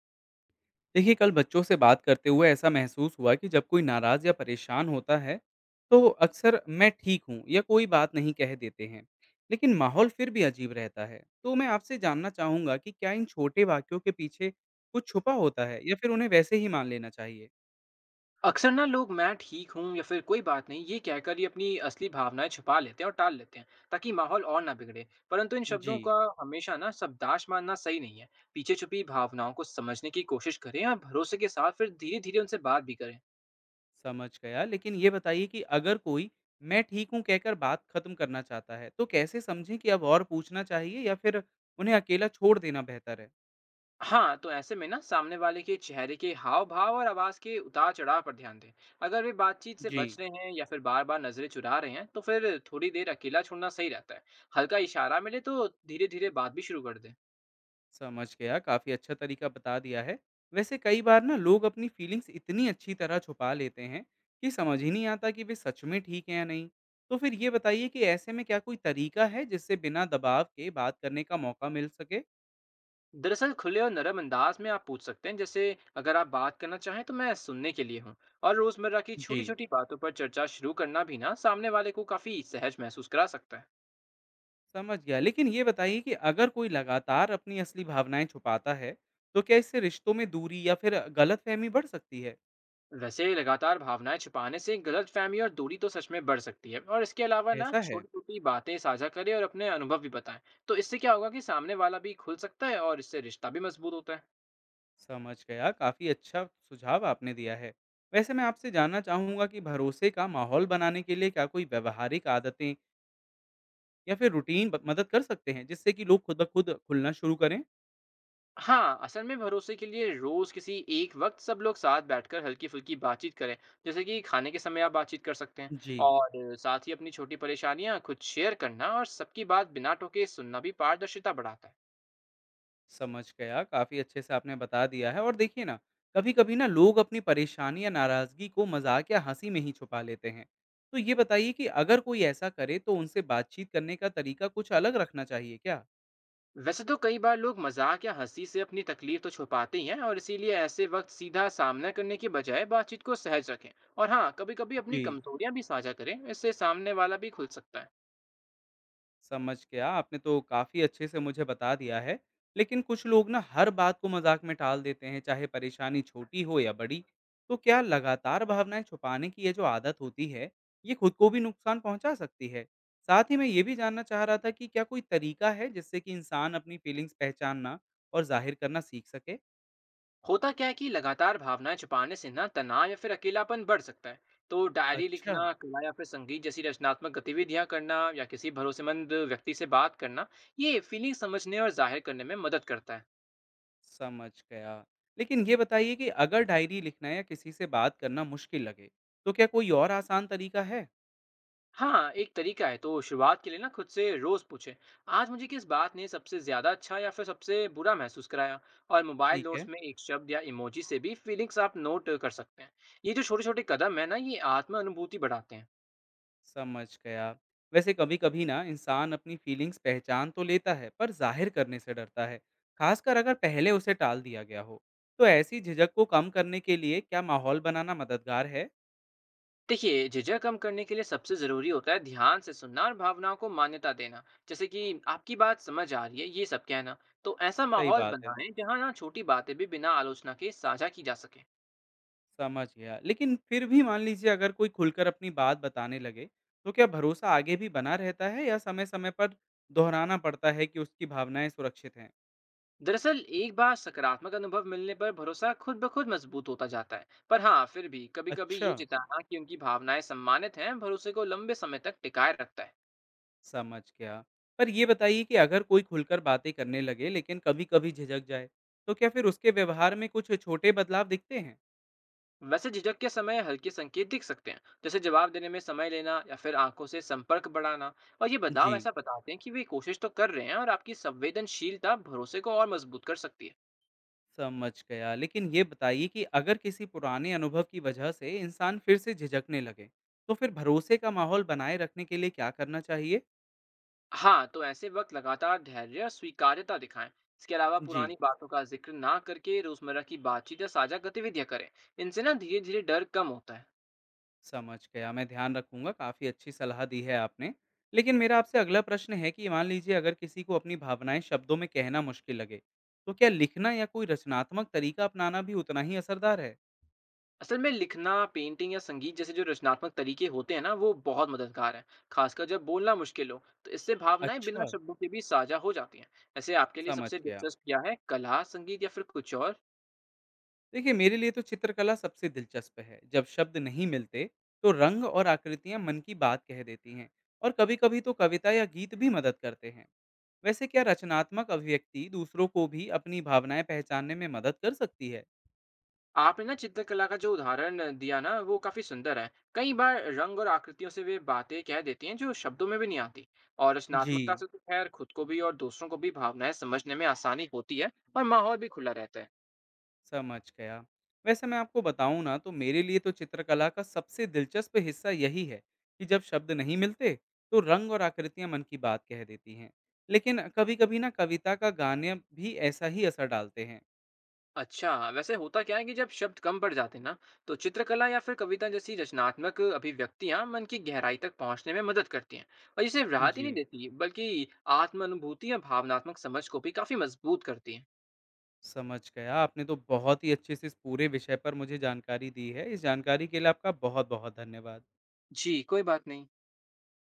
देखिए, कल बच्चों से बात करते हुए ऐसा महसूस हुआ कि जब कोई नाराज़ या परेशान होता है तो अक्सर मैं ठीक हूँ या कोई बात नहीं कह देते हैं। लेकिन माहौल फिर भी अजीब रहता है, तो मैं आपसे जानना चाहूँगा कि क्या इन छोटे वाक्यों के पीछे कुछ छुपा होता है या फिर उन्हें वैसे ही मान लेना चाहिए। अक्सर ना लोग मैं ठीक हूँ या फिर कोई बात नहीं ये कहकर ही अपनी असली भावनाएं छुपा लेते हैं और टाल लेते हैं ताकि माहौल और ना बिगड़े। परंतु इन जी। शब्दों का हमेशा ना शब्दाश मानना सही नहीं है। पीछे छुपी भावनाओं को समझने की कोशिश करें और भरोसे के साथ फिर धीरे धीरे उनसे बात भी करें। समझ गया। लेकिन ये बताइए कि अगर कोई मैं ठीक हूँ कहकर बात खत्म करना चाहता है तो कैसे समझें कि अब और पूछना चाहिए या फिर उन्हें अकेला छोड़ देना बेहतर है। हाँ, तो ऐसे में ना सामने वाले के चेहरे के हाव भाव और आवाज के उतार चढ़ाव पर ध्यान दें। अगर वे बातचीत से जी। बच रहे हैं या फिर बार बार नजरें चुरा रहे हैं तो फिर थोड़ी देर अकेला छोड़ना सही रहता है। हल्का इशारा मिले तो धीरे धीरे बात भी शुरू कर दें। समझ गया, काफी अच्छा तरीका बता दिया है। वैसे कई बार ना लोग अपनी फीलिंग्स इतनी अच्छी तरह छुपा लेते हैं कि समझ ही नहीं आता कि वे सच में ठीक हैं या नहीं। तो फिर ये बताइए कि ऐसे में क्या कोई तरीका है जिससे बिना दबाव के बात करने का मौका मिल सके? दरअसल खुले और नरम अंदाज में आप पूछ सकते हैं, जैसे अगर आप बात करना चाहें तो मैं सुनने के लिए हूँ। और रोजमर्रा की जी। छोटी छोटी बातों पर चर्चा शुरू करना भी ना सामने वाले को काफी सहज महसूस करा सकता है। समझ गया। लेकिन ये बताइए कि अगर कोई लगातार अपनी असली भावनाएं छुपाता है तो क्या इससे रिश्तों में दूरी या फिर गलतफहमी बढ़ सकती है? वैसे लगातार भावनाएं छुपाने से गलतफहमी और दूरी तो सच में बढ़ सकती है। और इसके अलावा ना ऐसा है। छोटी छोटी बातें साझा करें और अपने अनुभव भी बताएं। तो इससे क्या होगा कि सामने वाला भी खुल सकता है और इससे रिश्ता भी मजबूत होता है। समझ गया, काफी अच्छा सुझाव आपने दिया है। वैसे मैं आपसे जानना चाहूंगा कि भरोसे का माहौल बनाने के लिए क्या कोई व्यवहारिक आदतें या फिर रूटीन मदद कर सकते हैं जिससे कि लोग खुद ब खुद खुलना शुरू करें? हाँ, असल में भरोसे के लिए रोज़ किसी एक वक़्त सब लोग साथ बैठकर हल्की-फुल्की बातचीत करें। जैसे कि खाने के समय आप बातचीत कर सकते हैं। जी। और साथ ही अपनी छोटी परेशानियाँ खुद शेयर करना और सबकी बात बिना टोके सुनना भी पारदर्शिता बढ़ाता है। समझ गया, काफी अच्छे से आपने बता दिया है। और देखिए ना, कभी कभी ना लोग अपनी परेशानी या नाराजगी को मजाक या हंसी में ही छुपा लेते हैं। तो ये बताइए कि अगर कोई ऐसा करे तो उनसे बातचीत करने का तरीका कुछ अलग रखना चाहिए क्या? वैसे तो कई बार लोग मज़ाक या हँसी से अपनी तकलीफ़ तो छुपाते ही हैं, और इसीलिए ऐसे वक़्त सीधा सामना करने के बजाय बातचीत को सहज रखें। और हाँ, कभी-कभी अपनी जी। कमज़ोरियाँ भी साझा करें, इससे सामने वाला भी खुल सकता है। समझ गया, आपने तो काफ़ी अच्छे से मुझे बता दिया है। लेकिन कुछ लोग ना हर बात को मज़ाक में टाल देते हैं, चाहे परेशानी छोटी हो या बड़ी। तो क्या लगातार भावनाएँ छुपाने की ये जो आदत होती है, ये खुद को भी नुकसान पहुँचा सकती है? साथ ही मैं ये भी जानना चाह रहा था कि क्या कोई तरीका है जिससे कि इंसान अपनी फीलिंग्स पहचानना और ज़ाहिर करना सीख सके? होता क्या है कि लगातार भावनाएं छुपाने से ना तनाव या फिर अकेलापन बढ़ सकता है। तो डायरी अच्छा। लिखना, कला या फिर संगीत जैसी रचनात्मक गतिविधियां करना, या किसी भरोसेमंद व्यक्ति से बात करना, ये फीलिंग समझने और जाहिर करने में मदद करता है। समझ गया। लेकिन ये बताइए कि अगर डायरी लिखना या किसी से बात करना मुश्किल लगे, तो क्या कोई और आसान तरीका है? हाँ, एक तरीका है। तो शुरुआत के लिए ना खुद से रोज पूछे, आज मुझे किस बात ने सबसे ज्यादा अच्छा या फिर सबसे बुरा महसूस कराया। और मोबाइल ठीक नोट्स है। में एक शब्द या इमोजी से भी फीलिंग्स आप नोट कर सकते हैं। ये जो छोटे छोटे कदम है ना, ये आत्म अनुभूति बढ़ाते हैं। समझ गया। वैसे कभी-कभी ना इंसान अपनी फीलिंग्स पहचान तो लेता है, पर ज़ाहिर करने से डरता है, खासकर अगर पहले उसे टाल दिया गया हो। तो ऐसी झिझक को कम करने के लिए क्या माहौल बनाना मददगार है? देखिए, झिझक कम करने के लिए सबसे ज़रूरी होता है ध्यान से सुनना और भावनाओं को मान्यता देना, जैसे कि आपकी बात समझ आ रही है, ये सब कहना। तो ऐसा सही माहौल बात है, बनाएं जहाँ ना छोटी बातें भी बिना आलोचना के साझा की जा सके। समझ गया। लेकिन फिर भी मान लीजिए, अगर कोई खुलकर अपनी बात बताने लगे, तो क्या भरोसा आगे भी बना रहता है या समय-समय पर दोहराना पड़ता है कि उसकी भावनाएँ सुरक्षित हैं? दरअसल एक बार सकारात्मक अनुभव मिलने पर भरोसा खुद ब खुद मजबूत होता जाता है। पर हाँ, फिर भी कभी कभी अच्छा। ये जिताना कि उनकी भावनाएं सम्मानित हैं, भरोसे को लंबे समय तक टिकाए रखता है। समझ गया। पर ये बताइए कि अगर कोई खुलकर बातें करने लगे लेकिन कभी-कभी झिझक जाए, तो क्या फिर उसके व्यवहार में कुछ छोटे बदलाव दिखते हैं? वैसे झिझक के समय हल्के संकेत दिख सकते हैं, जैसे जवाब देने में समय लेना या फिर आंखों से संपर्क बढ़ाना। और ये बदलाव जी, ऐसा बताते हैं कि वे कोशिश तो कर रहे हैं, और आपकी संवेदनशीलता भरोसे को और मजबूत कर सकती है। समझ गया। लेकिन ये बताइए कि अगर किसी पुराने अनुभव की वजह से इंसान फिर से झिझकने लगे, तो फिर भरोसे का माहौल बनाए रखने के लिए क्या करना चाहिए? हाँ, तो ऐसे वक्त लगातार धैर्य और स्वीकार्यता दिखाएं। इसके अलावा जी। पुरानी बातों का जिक्र ना करके रोजमर्रा की बातचीत या साझा गतिविधियां करें। इनसे ना धीरे धीरे डर कम होता है। समझ गया, मैं ध्यान रखूँगा, काफ़ी अच्छी सलाह दी है आपने। लेकिन मेरा आपसे अगला प्रश्न है कि मान लीजिए, अगर किसी को अपनी भावनाएँ शब्दों में कहना मुश्किल लगे, तो क्या लिखना या कोई रचनात्मक तरीका अपनाना भी उतना ही असरदार है? असल में लिखना, पेंटिंग या संगीत जैसे जो रचनात्मक तरीके होते हैं ना, वो बहुत मददगार हैं, खासकर जब बोलना मुश्किल हो। तो इससे भावनाएं बिना अच्छा। शब्दों के भी साझा हो जाती हैं। वैसे आपके लिए समझ सबसे गया। दिलचस्प क्या है, कला, संगीत या फिर कुछ और? देखिए, मेरे लिए तो चित्रकला सबसे दिलचस्प है। जब शब्द नहीं मिलते, तो रंग और आकृतियाँ मन की बात कह देती हैं, और कभी-कभी तो कविता या गीत भी मदद करते हैं। वैसे क्या रचनात्मक अभिव्यक्ति दूसरों को भी अपनी भावनाएँ पहचानने में मदद कर सकती है? आपने ना चित्रकला का जो उदाहरण दिया ना, वो काफी सुंदर है। कई बार रंग और आकृतियों से वे बातें कह देती हैं जो शब्दों में भी नहीं आती। और जी। रचनात्मकता से तो खैर खुद को भी और दूसरों को भी भावनाएं समझने में आसानी होती है और माहौल भी खुला रहता है। समझ गया। वैसे मैं आपको बताऊँ ना, तो मेरे लिए तो चित्रकला का सबसे दिलचस्प हिस्सा यही है कि जब शब्द नहीं मिलते तो रंग और आकृतियाँ मन की बात कह देती हैं। लेकिन कभी-कभी ना कविता का गाने भी ऐसा ही असर डालते हैं। अच्छा, वैसे होता क्या है कि जब शब्द कम पड़ जाते हैं ना, तो चित्रकला या फिर कविता जैसी रचनात्मक अभिव्यक्तियाँ मन की गहराई तक पहुँचने में मदद करती हैं। और ये सिर्फ राहत ही जी। नहीं देती, बल्कि आत्म अनुभूति या भावनात्मक समझ को भी काफ़ी मजबूत करती हैं। समझ गया। आपने तो बहुत ही अच्छे से इस पूरे विषय पर मुझे जानकारी दी है। इस जानकारी के लिए आपका बहुत-बहुत धन्यवाद। जी, कोई बात नहीं।